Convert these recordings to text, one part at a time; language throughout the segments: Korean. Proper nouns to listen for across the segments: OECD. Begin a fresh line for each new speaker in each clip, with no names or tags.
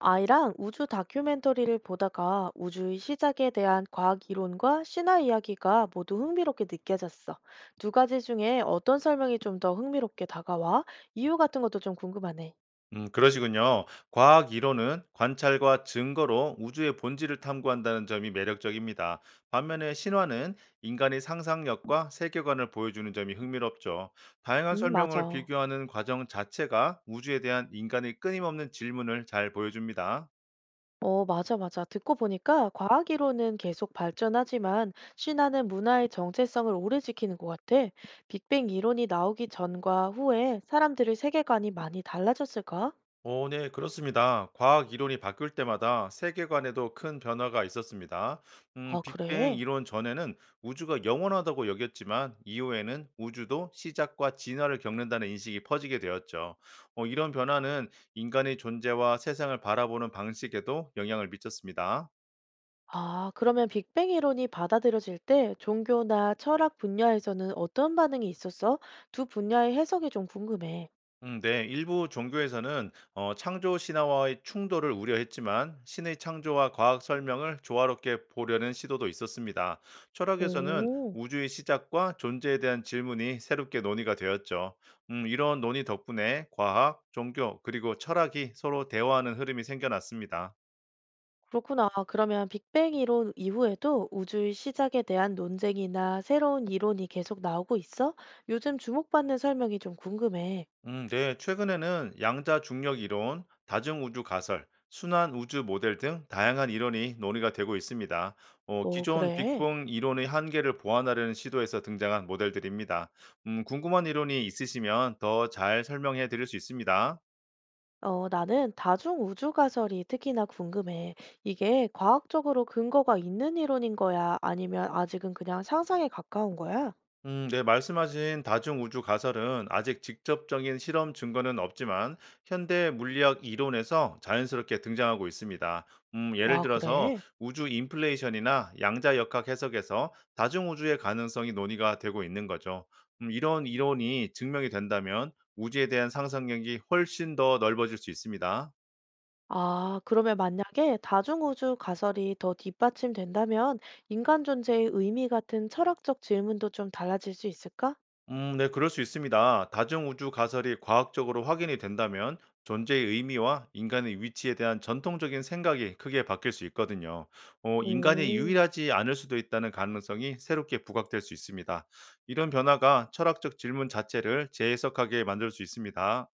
아이랑 우주 다큐멘터리를 보다가 우주의 시작에 대한 과학 이론과 신화 이야기가 모두 흥미롭게 느껴졌어. 두 가지 중에 어떤 설명이 좀 더 흥미롭게 다가와? 이유 같은 것도 좀 궁금하네.
그러시군요. 과학 이론은 관찰과 증거로 우주의 본질을 탐구한다는 점이 매력적입니다. 반면에 신화는 인간의 상상력과 세계관을 보여주는 점이 흥미롭죠. 다양한 설명을
맞아.
비교하는 과정 자체가 우주에 대한 인간의 끊임없는 질문을 잘 보여줍니다.
맞아, 맞아. 듣고 보니까 과학 이론은 계속 발전하지만 신화는 문화의 정체성을 오래 지키는 것 같아. 빅뱅 이론이 나오기 전과 후에 사람들의 세계관이 많이 달라졌을까?
오, 네, 그렇습니다. 과학 이론이 바뀔 때마다 세계관에도 큰 변화가 있었습니다.
아,
빅뱅
그래?
이론 전에는 우주가 영원하다고 여겼지만, 이후에는 우주도 시작과 진화를 겪는다는 인식이 퍼지게 되었죠. 이런 변화는 인간의 존재와 세상을 바라보는 방식에도 영향을 미쳤습니다.
아, 그러면 빅뱅 이론이 받아들여질 때 종교나 철학 분야에서는 어떤 반응이 있었어? 두 분야의 해석이 좀 궁금해.
네. 일부 종교에서는 창조 신화와의 충돌을 우려했지만 신의 창조와 과학 설명을 조화롭게 보려는 시도도 있었습니다. 철학에서는
오,
우주의 시작과 존재에 대한 질문이 새롭게 논의가 되었죠. 이런 논의 덕분에 과학, 종교, 그리고 철학이 서로 대화하는 흐름이 생겨났습니다.
그렇구나. 그러면 빅뱅 이론 이후에도 우주의 시작에 대한 논쟁이나 새로운 이론이 계속 나오고 있어? 요즘 주목받는 설명이 좀 궁금해.
네. 최근에는 양자 중력 이론, 다중 우주 가설, 순환 우주 모델 등 다양한 이론이 논의가 되고 있습니다.
오,
기존
그래?
빅뱅 이론의 한계를 보완하려는 시도에서 등장한 모델들입니다. 궁금한 이론이 있으시면 더 잘 설명해 드릴 수 있습니다.
나는 다중 우주 가설이 특히나 궁금해. 이게 과학적으로 근거가 있는 이론인 거야? 아니면 아직은 그냥 상상에 가까운 거야?
네, 말씀하신 다중우주 가설은 아직 직접적인 실험 증거는 없지만 현대 물리학 이론에서 자연스럽게 등장하고 있습니다. 예를
와,
들어서
그래?
우주 인플레이션이나 양자역학 해석에서 다중우주의 가능성이 논의가 되고 있는 거죠. 이런 이론이 증명이 된다면 우주에 대한 상상력이 훨씬 더 넓어질 수 있습니다.
아, 그러면 만약에 다중우주 가설이 더 뒷받침된다면 인간 존재의 의미 같은 철학적 질문도 좀 달라질 수 있을까?
네, 그럴 수 있습니다. 다중우주 가설이 과학적으로 확인이 된다면 존재의 의미와 인간의 위치에 대한 전통적인 생각이 크게 바뀔 수 있거든요. 인간이
오,
유일하지 않을 수도 있다는 가능성이 새롭게 부각될 수 있습니다. 이런 변화가 철학적 질문 자체를 재해석하게 만들 수 있습니다.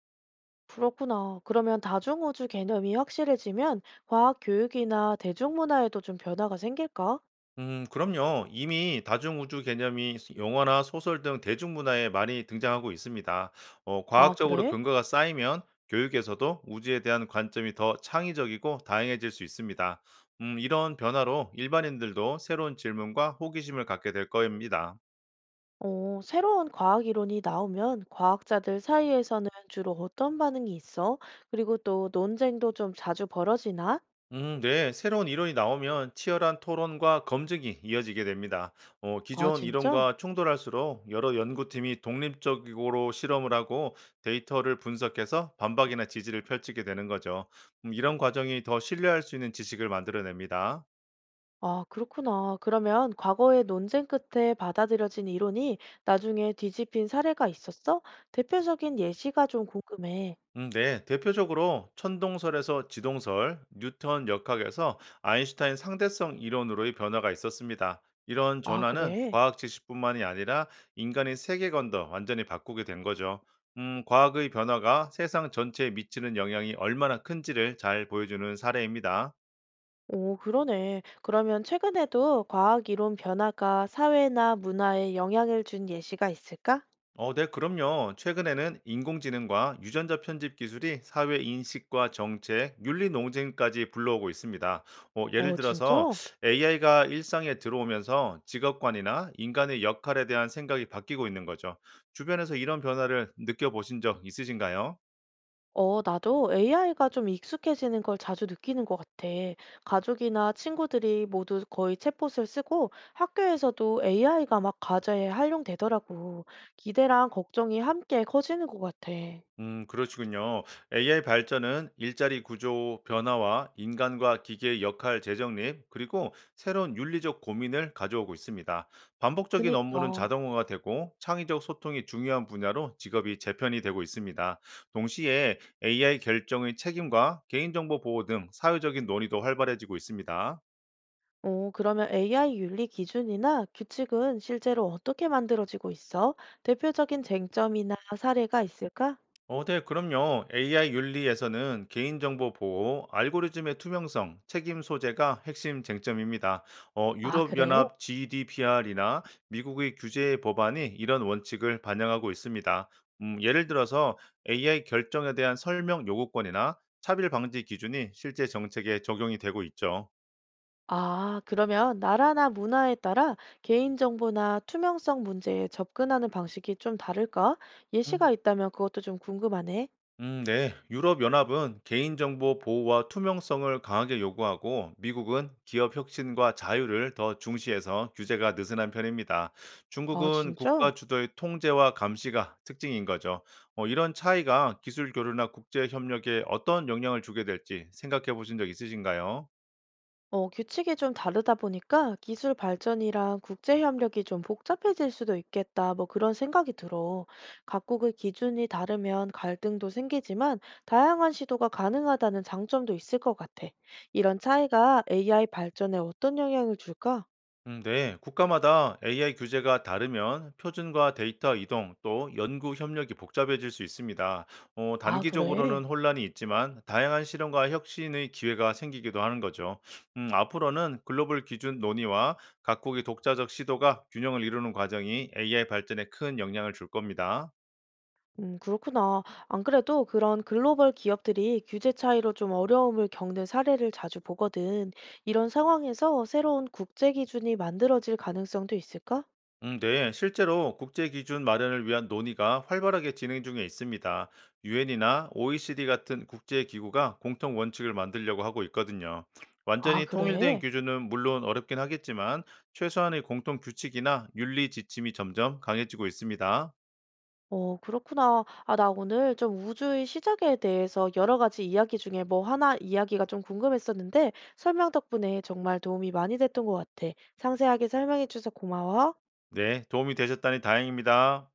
그렇구나. 그러면 다중우주 개념이 확실해지면 과학 교육이나 대중문화에도 좀 변화가 생길까?
그럼요. 이미 다중 우주 개념이 영화나 소설 등 대중문화에 많이 등장하고 있습니다.
아,
과학적으로
그래?
근거가 쌓이면 교육에서도 우주에 대한 관점이 더 창의적이고 다양해질 수 있습니다. 이런 변화로 일반인들도 새로운 질문과 호기심을 갖게 될 겁니다.
새로운 과학 이론이 나오면 과학자들 사이에서는 주로 어떤 반응이 있어? 그리고 또 논쟁도 좀 자주 벌어지나?
네. 새로운 이론이 나오면 치열한 토론과 검증이 이어지게 됩니다.
아,
기존
진짜?
이론과 충돌할수록 여러 연구팀이 독립적으로 실험을 하고 데이터를 분석해서 반박이나 지지를 펼치게 되는 거죠. 이런 과정이 더 신뢰할 수 있는 지식을 만들어냅니다.
아, 그렇구나. 그러면 과거의 논쟁 끝에 받아들여진 이론이 나중에 뒤집힌 사례가 있었어? 대표적인 예시가 좀 궁금해.
네, 대표적으로 천동설에서 지동설, 뉴턴 역학에서 아인슈타인 상대성 이론으로의 변화가 있었습니다. 이런
아,
전환은
그래?
과학 지식뿐만이 아니라 인간의 세계관도 완전히 바꾸게 된 거죠. 과학의 변화가 세상 전체에 미치는 영향이 얼마나 큰지를 잘 보여주는 사례입니다.
오, 그러네. 그러면 최근에도 과학 이론 변화가 사회나 문화에 영향을 준 예시가 있을까?
어, 네, 그럼요. 최근에는 인공지능과 유전자 편집 기술이 사회 인식과 정책, 윤리 논쟁까지 불러오고 있습니다. 예를
어,
들어서
진짜?
AI가 일상에 들어오면서 직업관이나 인간의 역할에 대한 생각이 바뀌고 있는 거죠. 주변에서 이런 변화를 느껴보신 적 있으신가요?
나도 AI가 좀 익숙해지는 걸 자주 느끼는 것 같아. 가족이나 친구들이 모두 거의 챗봇을 쓰고 학교에서도 AI가 막 과제에 활용되더라고. 기대랑 걱정이 함께 커지는 것 같아.
그러시군요. AI 발전은 일자리 구조 변화와 인간과 기계의 역할 재정립, 그리고 새로운 윤리적 고민을 가져오고 있습니다. 반복적인 업무는
그니까.
자동화가 되고 창의적 소통이 중요한 분야로 직업이 재편이 되고 있습니다. 동시에 AI 결정의 책임과 개인정보 보호 등 사회적인 논의도 활발해지고 있습니다.
그러면 AI 윤리 기준이나 규칙은 실제로 어떻게 만들어지고 있어? 대표적인 쟁점이나 사례가 있을까?
어, 네, 그럼요. AI 윤리에서는 개인정보 보호, 알고리즘의 투명성, 책임 소재가 핵심 쟁점입니다.
아, 그래.
유럽연합 GDPR이나 미국의 규제 법안이 이런 원칙을 반영하고 있습니다. 예를 들어서 AI 결정에 대한 설명 요구권이나 차별 방지 기준이 실제 정책에 적용이 되고 있죠.
아, 그러면 나라나 문화에 따라 개인정보나 투명성 문제에 접근하는 방식이 좀 다를까? 예시가 있다면 그것도 좀 궁금하네.
네. 유럽연합은 개인정보 보호와 투명성을 강하게 요구하고 미국은 기업 혁신과 자유를 더 중시해서 규제가 느슨한 편입니다.
아,
중국은
진짜?
국가 주도의 통제와 감시가 특징인 거죠. 이런 차이가 기술 교류나 국제 협력에 어떤 영향을 주게 될지 생각해 보신 적 있으신가요?
규칙이 좀 다르다 보니까 기술 발전이랑 국제 협력이 좀 복잡해질 수도 있겠다. 뭐 그런 생각이 들어. 각국의 기준이 다르면 갈등도 생기지만 다양한 시도가 가능하다는 장점도 있을 것 같아. 이런 차이가 AI 발전에 어떤 영향을 줄까?
네, 국가마다 AI 규제가 다르면 표준과 데이터 이동 또 연구 협력이 복잡해질 수 있습니다.
아, 그래.
단기적으로는 혼란이 있지만 다양한 실험과 혁신의 기회가 생기기도 하는 거죠. 앞으로는 글로벌 기준 논의와 각국의 독자적 시도가 균형을 이루는 과정이 AI 발전에 큰 영향을 줄 겁니다.
그렇구나. 안 그래도 그런 글로벌 기업들이 규제 차이로 좀 어려움을 겪는 사례를 자주 보거든. 이런 상황에서 새로운 국제 기준이 만들어질 가능성도 있을까?
네, 실제로 국제 기준 마련을 위한 논의가 활발하게 진행 중에 있습니다. 유엔이나 OECD 같은 국제 기구가 공통 원칙을 만들려고 하고 있거든요.
아,
완전히 통일된
그래?
기준은 물론 어렵긴 하겠지만 최소한의 공통 규칙이나 윤리 지침이 점점 강해지고 있습니다.
그렇구나. 아, 나 오늘 좀 우주의 시작에 대해서 여러 가지 이야기 중에 뭐 하나 이야기가 좀 궁금했었는데 설명 덕분에 정말 도움이 많이 됐던 것 같아. 상세하게 설명해줘서 고마워.
네, 도움이 되셨다니 다행입니다.